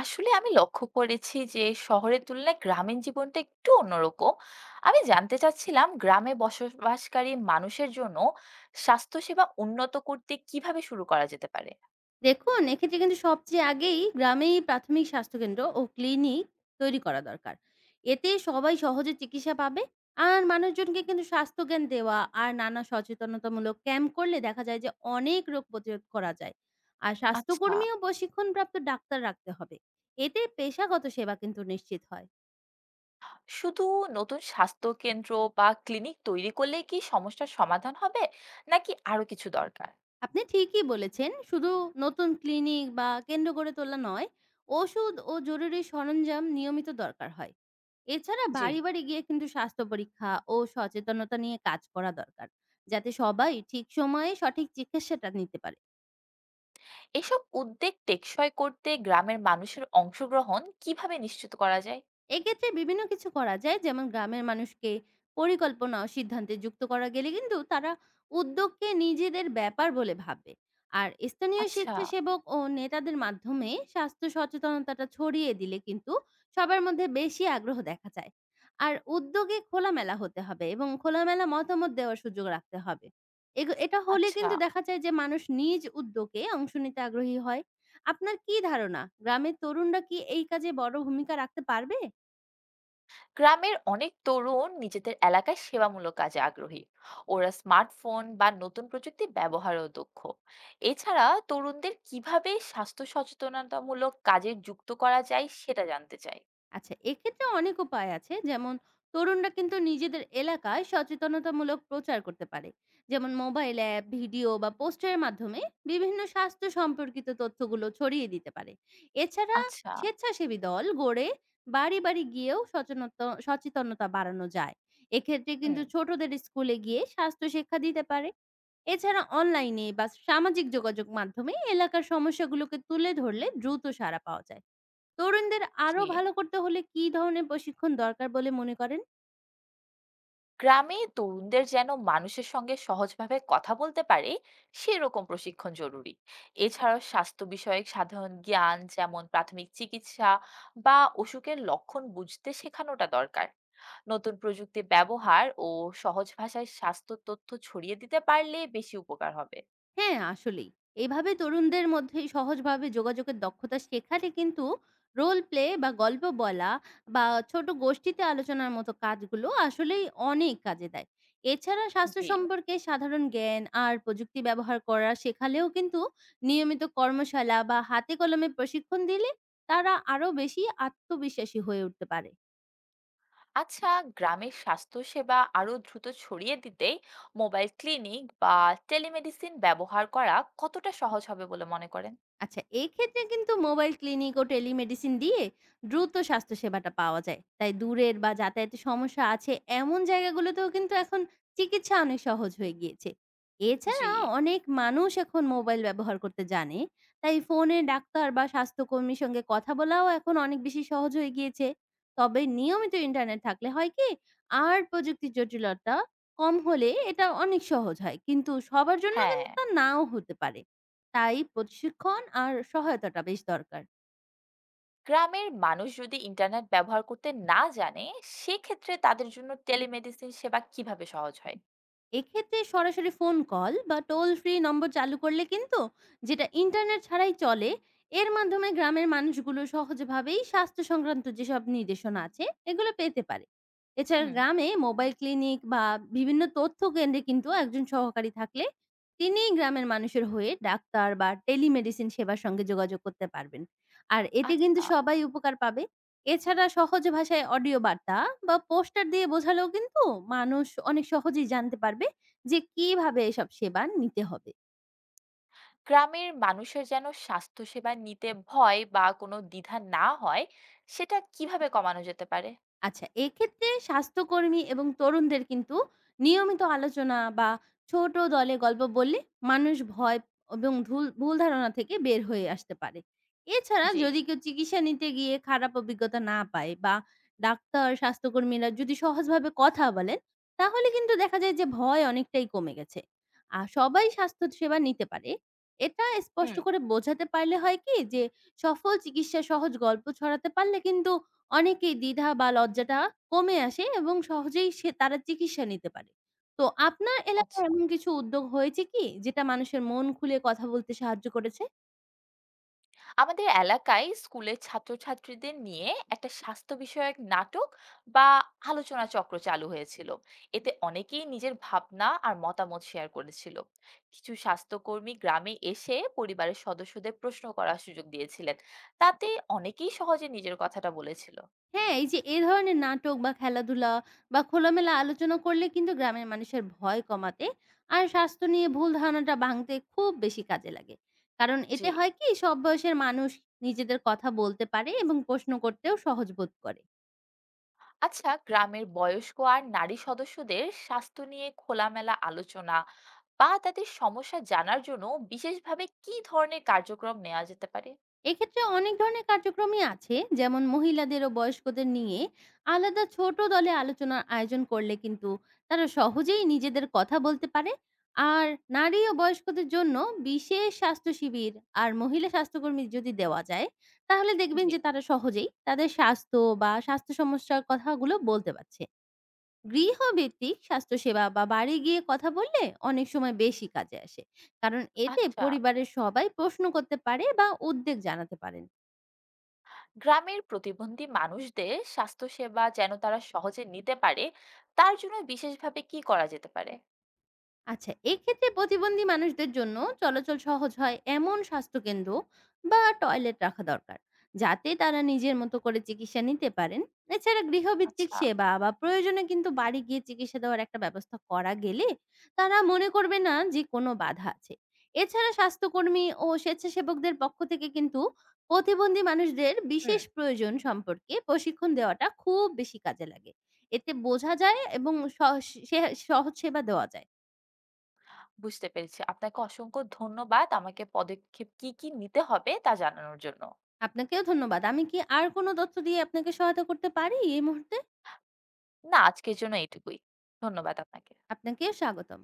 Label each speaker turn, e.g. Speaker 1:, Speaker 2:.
Speaker 1: আসলে আমি লক্ষ্য করেছি যে শহরের তুলনায় গ্রামীণ জীবনটা একটু অন্যরকম। আমি জানতে চাচ্ছিলাম গ্রামে বসবাসকারী মানুষের জন্য স্বাস্থ্যসেবা উন্নত করতে কিভাবে শুরু করা যেতে পারে?
Speaker 2: দেখুন, এক্ষেত্রে কিন্তু সবচেয়ে আগেই গ্রামেই প্রাথমিক স্বাস্থ্যকেন্দ্র ও ক্লিনিক তৈরি করা দরকার। এতে সবাই সহজে চিকিৎসা পাবে। আর মানুষজনকে কিন্তু স্বাস্থ্যজ্ঞান দেওয়া আর নানা সচেতনতামূলক ক্যাম্প করলে দেখা যায় যে অনেক রোগ প্রতিরোধ করা যায়। আর
Speaker 1: আচ্ছা,
Speaker 2: স্বাস্থ্যকর্মী ও প্রশিক্ষণপ্রাপ্ত ডাক্তার রাখতে হবে। এতে পেশাগত সেবা কিন্তু নিশ্চিত হয়।
Speaker 1: শুধু নতুন স্বাস্থ্য কেন্দ্র বা ক্লিনিক তৈরি করলেই কি সমস্যার সমাধান হবে নাকি আরো কিছু দরকার?
Speaker 2: আপনি ঠিকই বলেছেন। শুধু নতুন ক্লিনিক বা কেন্দ্র গড়ে তোলা নয়, ওষুধ ও জরুরি সরঞ্জাম নিয়মিত দরকার হয়। এছাড়া
Speaker 1: জি,
Speaker 2: বাড়ি বাড়ি গিয়ে কিন্তু স্বাস্থ্য পরীক্ষা ও সচেতনতা নিয়ে কাজ করা দরকার। যাতে সবাই ঠিক সময়ে সঠিক চিকিৎসাটা নিতে পারে।
Speaker 1: এসব উদ্যোগ টেকসই করতে গ্রামের মানুষের অংশগ্রহণ কিভাবে নিশ্চিত করা যায়?
Speaker 2: এক্ষেত্রে বিভিন্ন কিছু করা যায়, যেমন গ্রামের মানুষকে পরিকল্পনা ও সিদ্ধান্তে যুক্ত করা গেলে কিন্তু তারা উদ্যোগকে নিজেদের ব্যাপার বলে ভাববে। আর স্থানীয়
Speaker 1: আচ্ছা,
Speaker 2: স্বেচ্ছাসেবক ও নেতাদের মাধ্যমে স্বাস্থ্য সচেতনতাটা ছড়িয়ে দিলে কিন্তু সবার মধ্যে বেশি আগ্রহ দেখা যায়। আর উদ্যোগে খোলামেলা হতে হবে এবং খোলামেলা মতামত দেওয়ার সুযোগ রাখতে হবে। এটা হলে
Speaker 1: আচ্ছা।
Speaker 2: কিন্তু দেখা যায় যে মানুষ নিজ উদ্যোগে অংশ নিতে আগ্রহী হয়। আপনার কি ধারণা, গ্রামের তরুণরা কি এই কাজে বড় ভূমিকা রাখতে পারবে?
Speaker 1: গ্রামের অনেক তরুণ নিজেদের এলাকায় সেবামূলক কাজে আগ্রহী। ওরা স্মার্টফোন বা নতুন প্রযুক্তি ব্যবহারেও দক্ষ। এছাড়া তরুণদের কিভাবে স্বাস্থ্য সচেতনতামূলক কাজে যুক্ত করা যায় সেটা জানতে চাই।
Speaker 2: আচ্ছা, এক্ষেত্রে অনেক উপায় আছে। যেমন তরুণরা কিন্তু নিজেদের এলাকায় সচেতনতামূলক প্রচার করতে পারে। যেমন মোবাইল অ্যাপ, ভিডিও বা পোস্টারের মাধ্যমে বিভিন্ন স্বাস্থ্য সম্পর্কিত তথ্যগুলো ছড়িয়ে দিতে পারে। এছাড়া
Speaker 1: আচ্ছা।
Speaker 2: স্বেচ্ছাসেবী দল গড়ে বাড়ি বাড়ি গিয়েও সচেতনতা বাড়ানো যায়। এক্ষেত্রে কিন্তু
Speaker 1: হুম।
Speaker 2: ছোটদের স্কুলে গিয়ে স্বাস্থ্য শিক্ষা দিতে পারে। এছাড়া অনলাইনে বা সামাজিক যোগাযোগ মাধ্যমে এলাকার সমস্যাগুলোকে তুলে ধরলে দ্রুত সাড়া পাওয়া যায়। তরুণদের আরো
Speaker 1: জি,
Speaker 2: ভালো করতে হলে কি ধরনের প্রশিক্ষণ দরকার বলে মনে করেন?
Speaker 1: গ্রামে তরুণদের যেন মানুষের সঙ্গে সহজভাবে কথা বলতে পারে সেরকম প্রশিক্ষণ জরুরি। এছাড়াও স্বাস্থ্য বিষয়ক সাধারণ জ্ঞান যেমন প্রাথমিক চিকিৎসা বা অসুখের লক্ষণ বুঝতে শেখানোটা দরকার। নতুন প্রযুক্তি ব্যবহার ও সহজ ভাষায় স্বাস্থ্য তথ্য ছড়িয়ে দিতে পারলে বেশি উপকার হবে।
Speaker 2: হ্যাঁ, আসলেই। এভাবে তরুণদের মধ্যে সহজভাবে যোগাযোগের দক্ষতা শেখালে কিন্তু রোল প্লে বা গল্প বলা বা ছোট গোষ্ঠীতে আলোচনার মতো কাজগুলো আসলেই অনেক কাজে দেয়। এছাড়া স্বাস্থ্য
Speaker 1: জি।
Speaker 2: সম্পর্কে সাধারণ জ্ঞান আর প্রযুক্তি ব্যবহার করা শেখালেও কিন্তু নিয়মিত কর্মশালা বা হাতে কলমে প্রশিক্ষণ দিলে তারা আরো বেশি আত্মবিশ্বাসী হয়ে উঠতে পারে।
Speaker 1: আচ্ছা, গ্রামের স্বাস্থ্য সেবা আরো দ্রুত ছড়িয়ে দিতে মোবাইল ক্লিনিক বা টেলিমেডিসিন ব্যবহার করা কতটা সহজ হবে বলে মনে করেন?
Speaker 2: আচ্ছা, এক্ষেত্রে কিন্তু মোবাইল ক্লিনিক ও টেলিমেডিসিন দিয়ে দ্রুত স্বাস্থ্যসেবাটা পাওয়া যায়। তাই দূরের বা যাতায়াতের সমস্যা আছে এমন জায়গাগুলোতেও কিন্তু এখন চিকিৎসা অনেক সহজ হয়ে গিয়েছে।
Speaker 1: জি।
Speaker 2: এছাড়া অনেক মানুষ এখন মোবাইল ব্যবহার করতে জানে। তাই ফোনে ডাক্তার বা স্বাস্থ্যকর্মীর সঙ্গে কথা বলাও এখন অনেক বেশি সহজ হয়ে গিয়েছে। তবে নিয়মিত ইন্টারনেট থাকলে হয় কি, আর প্রযুক্তির জটিলতা কম হলে এটা অনেক সহজ হয়। কিন্তু সবার জন্য
Speaker 1: হ্যাঁ,
Speaker 2: কিন্তু তা নাও হতে পারে। তাই প্রশিক্ষণ আর সহায়তাটা বেশ দরকার।
Speaker 1: গ্রামের মানুষ যদি ইন্টারনেট ব্যবহার করতে না জানে, সেক্ষেত্রে তাদের জন্য টেলিমেডিসিন সেবা কিভাবে সহজ হয়?
Speaker 2: এক্ষেত্রে সরাসরি ফোন কল বা টোল ফ্রি নম্বর চালু করলে কিন্তু, যেটা ইন্টারনেট ছাড়াই চলে, এর মাধ্যমে গ্রামের মানুষগুলো সহজভাবেই স্বাস্থ্য সংক্রান্ত যেসব নির্দেশনা আছে এগুলো পেতে পারে। এছাড়া
Speaker 1: হুম।
Speaker 2: গ্রামে মোবাইল ক্লিনিক বা বিভিন্ন তথ্য কেন্দ্রে কিন্তু একজন সহকারী থাকলে তিনি গ্রামের মানুষের হয়ে ডাক্তার বা টেলিমেডিসিন সেবার সঙ্গে যোগাযোগ করতে পারবেন। আর এতে কিন্তু
Speaker 1: আচ্ছা,
Speaker 2: সবাই উপকার পাবে। এছাড়া সহজ ভাষায় অডিও বার্তা বা পোস্টার দিয়ে বোঝালেও কিন্তু মানুষ অনেক সহজেই জানতে পারবে যে কিভাবে এসব সেবা নিতে হবে।
Speaker 1: গ্রামের মানুষের যেন স্বাস্থ্যসেবা নিতে ভয় বা কোনো দ্বিধা না হয়, সেটা কিভাবে কমানো যেতে পারে?
Speaker 2: আচ্ছা, এক্ষেত্রে স্বাস্থ্যকর্মী এবং তরুণদের কিন্তু নিয়মিত আলোচনা বা ছোট দলে গল্প বললে মানুষ ভয় এবং ভুল ধারণা থেকে বের হয়ে আসতে পারে। এছাড়া
Speaker 1: জি।
Speaker 2: যদি কেউ চিকিৎসা নিতে গিয়ে খারাপ অভিজ্ঞতা না পায় বা ডাক্তার, স্বাস্থ্যকর্মীরা যদি সহজভাবে কথা বলেন, তাহলে কিন্তু দেখা যায় যে ভয় অনেকটাই কমে গেছে। আর সবাই স্বাস্থ্য সেবা নিতে পারে। এটা স্পষ্ট
Speaker 1: হুম।
Speaker 2: করে বোঝাতে পারলে হয় কি যে সফল চিকিৎসা সহজ গল্প ছড়াতে পারলে কিন্তু অনেকেই দ্বিধা বা লজ্জাটা কমে আসে এবং সহজেই তারা চিকিৎসা নিতে পারে। তো আপনার
Speaker 1: আচ্ছা,
Speaker 2: এলাকায় এমন কিছু উদ্যোগ হয়েছে কি যেটা মানুষের মন খুলে কথা বলতে সাহায্য করেছে?
Speaker 1: আমাদের এলাকায় স্কুলের ছাত্রছাত্রীদের নিয়ে একটা স্বাস্থ্য বিষয়ক নাটক বা আলোচনা চক্র চালু হয়েছিল। এতে অনেকেই নিজের ভাবনা আর মতামত শেয়ার করেছিল। কিছু স্বাস্থ্যকর্মী গ্রামে এসে পরিবারের সদস্যদের প্রশ্ন করার সুযোগ দিয়েছিলেন। তাতে অনেকেই সহজে নিজের কথাটা বলেছিল।
Speaker 2: হ্যাঁ, এই যে এ ধরনের নাটক বা খেলাধুলা বা খোলামেলা আলোচনা করলে কিন্তু গ্রামের মানুষের ভয় কমাতে আর স্বাস্থ্য নিয়ে ভুল ধারণাটা ভাঙতে খুব বেশি কাজে লাগে। কারণ এতে
Speaker 1: জি।
Speaker 2: হয় কি, সব বয়সের মানুষ নিজেদের কথা বলতে পারে এবং প্রশ্ন করতেও সহজ বোধ করে।
Speaker 1: আচ্ছা, গ্রামের বয়স্ক আর নারী সদস্যদের স্বাস্থ্য নিয়ে খোলামেলা আলোচনা বা তাদের সমস্যা জানার জন্য বিশেষভাবে কি ধরনের কার্যক্রম নেওয়া যেতে পারে?
Speaker 2: এক্ষেত্রে অনেক ধরনের কার্যক্রমই আছে, যেমন মহিলাদের ও বয়স্কদের নিয়ে আলাদা ছোট দলে আলোচনার আয়োজন করলে কিন্তু তারা সহজেই নিজেদের কথা বলতে পারে। আর নারী ও বয়স্কদের জন্য বিশেষ স্বাস্থ্য শিবির আর মহিলা স্বাস্থ্যকর্মী যদি দেওয়া যায়, তাহলে দেখবেন
Speaker 1: জি।
Speaker 2: যে তারা সহজেই তাদের স্বাস্থ্য বা স্বাস্থ্য সমস্যার কথাগুলো বলতে পারছে। গৃহভিত্তিক স্বাস্থ্যসেবা বা বাড়ি গিয়ে কথা বললে অনেক সময় বেশি কাজে আসে, কারণ এতে
Speaker 1: আচ্ছা,
Speaker 2: পরিবারের সবাই প্রশ্ন করতে পারে বা উদ্বেগ জানাতে পারে।
Speaker 1: গ্রামের প্রতিবন্ধী মানুষদের স্বাস্থ্যসেবা যেন তারা সহজে নিতে পারে, তার জন্য বিশেষভাবে কি করা যেতে পারে?
Speaker 2: আচ্ছা, এক্ষেত্রে প্রতিবন্ধী মানুষদের জন্য চলাচল সহজ হয় এমন স্বাস্থ্যকেন্দ্র বা টয়লেট রাখা দরকার, যাতে তারা নিজের মতো করে চিকিৎসা নিতে পারেন। এছাড়া গৃহভিত্তিক
Speaker 1: আচ্ছা।
Speaker 2: সেবা বা প্রয়োজনে কিন্তু বাড়ি গিয়ে চিকিৎসা দেওয়ার একটা ব্যবস্থা করা গেলে তারা মনে করবে না যে কোনো বাধা আছে। এছাড়া স্বাস্থ্যকর্মী ও স্বেচ্ছাসেবকদের পক্ষ থেকে কিন্তু প্রতিবন্ধী মানুষদের
Speaker 1: হুম।
Speaker 2: বিশেষ প্রয়োজন সম্পর্কে প্রশিক্ষণ দেওয়াটা খুব বেশি কাজে লাগে। এতে বোঝা যায় এবং সহ সে সহজ সেবা দেওয়া যায়।
Speaker 1: বুঝতে পেরেছি। আপনাকে অসংখ্য ধন্যবাদ আমাকে পদক্ষেপ কি, কি নিতে হবে তা জানানোর জন্য।
Speaker 2: আপনাকেও ধন্যবাদ। আমি কি আর কোনো তথ্য দিয়ে আপনাকে সহায়তা করতে পারি এই মুহূর্তে?
Speaker 1: না, আজকের জন্য এইটুকুই। ধন্যবাদ আপনাকে।
Speaker 2: আপনাকে স্বাগতম।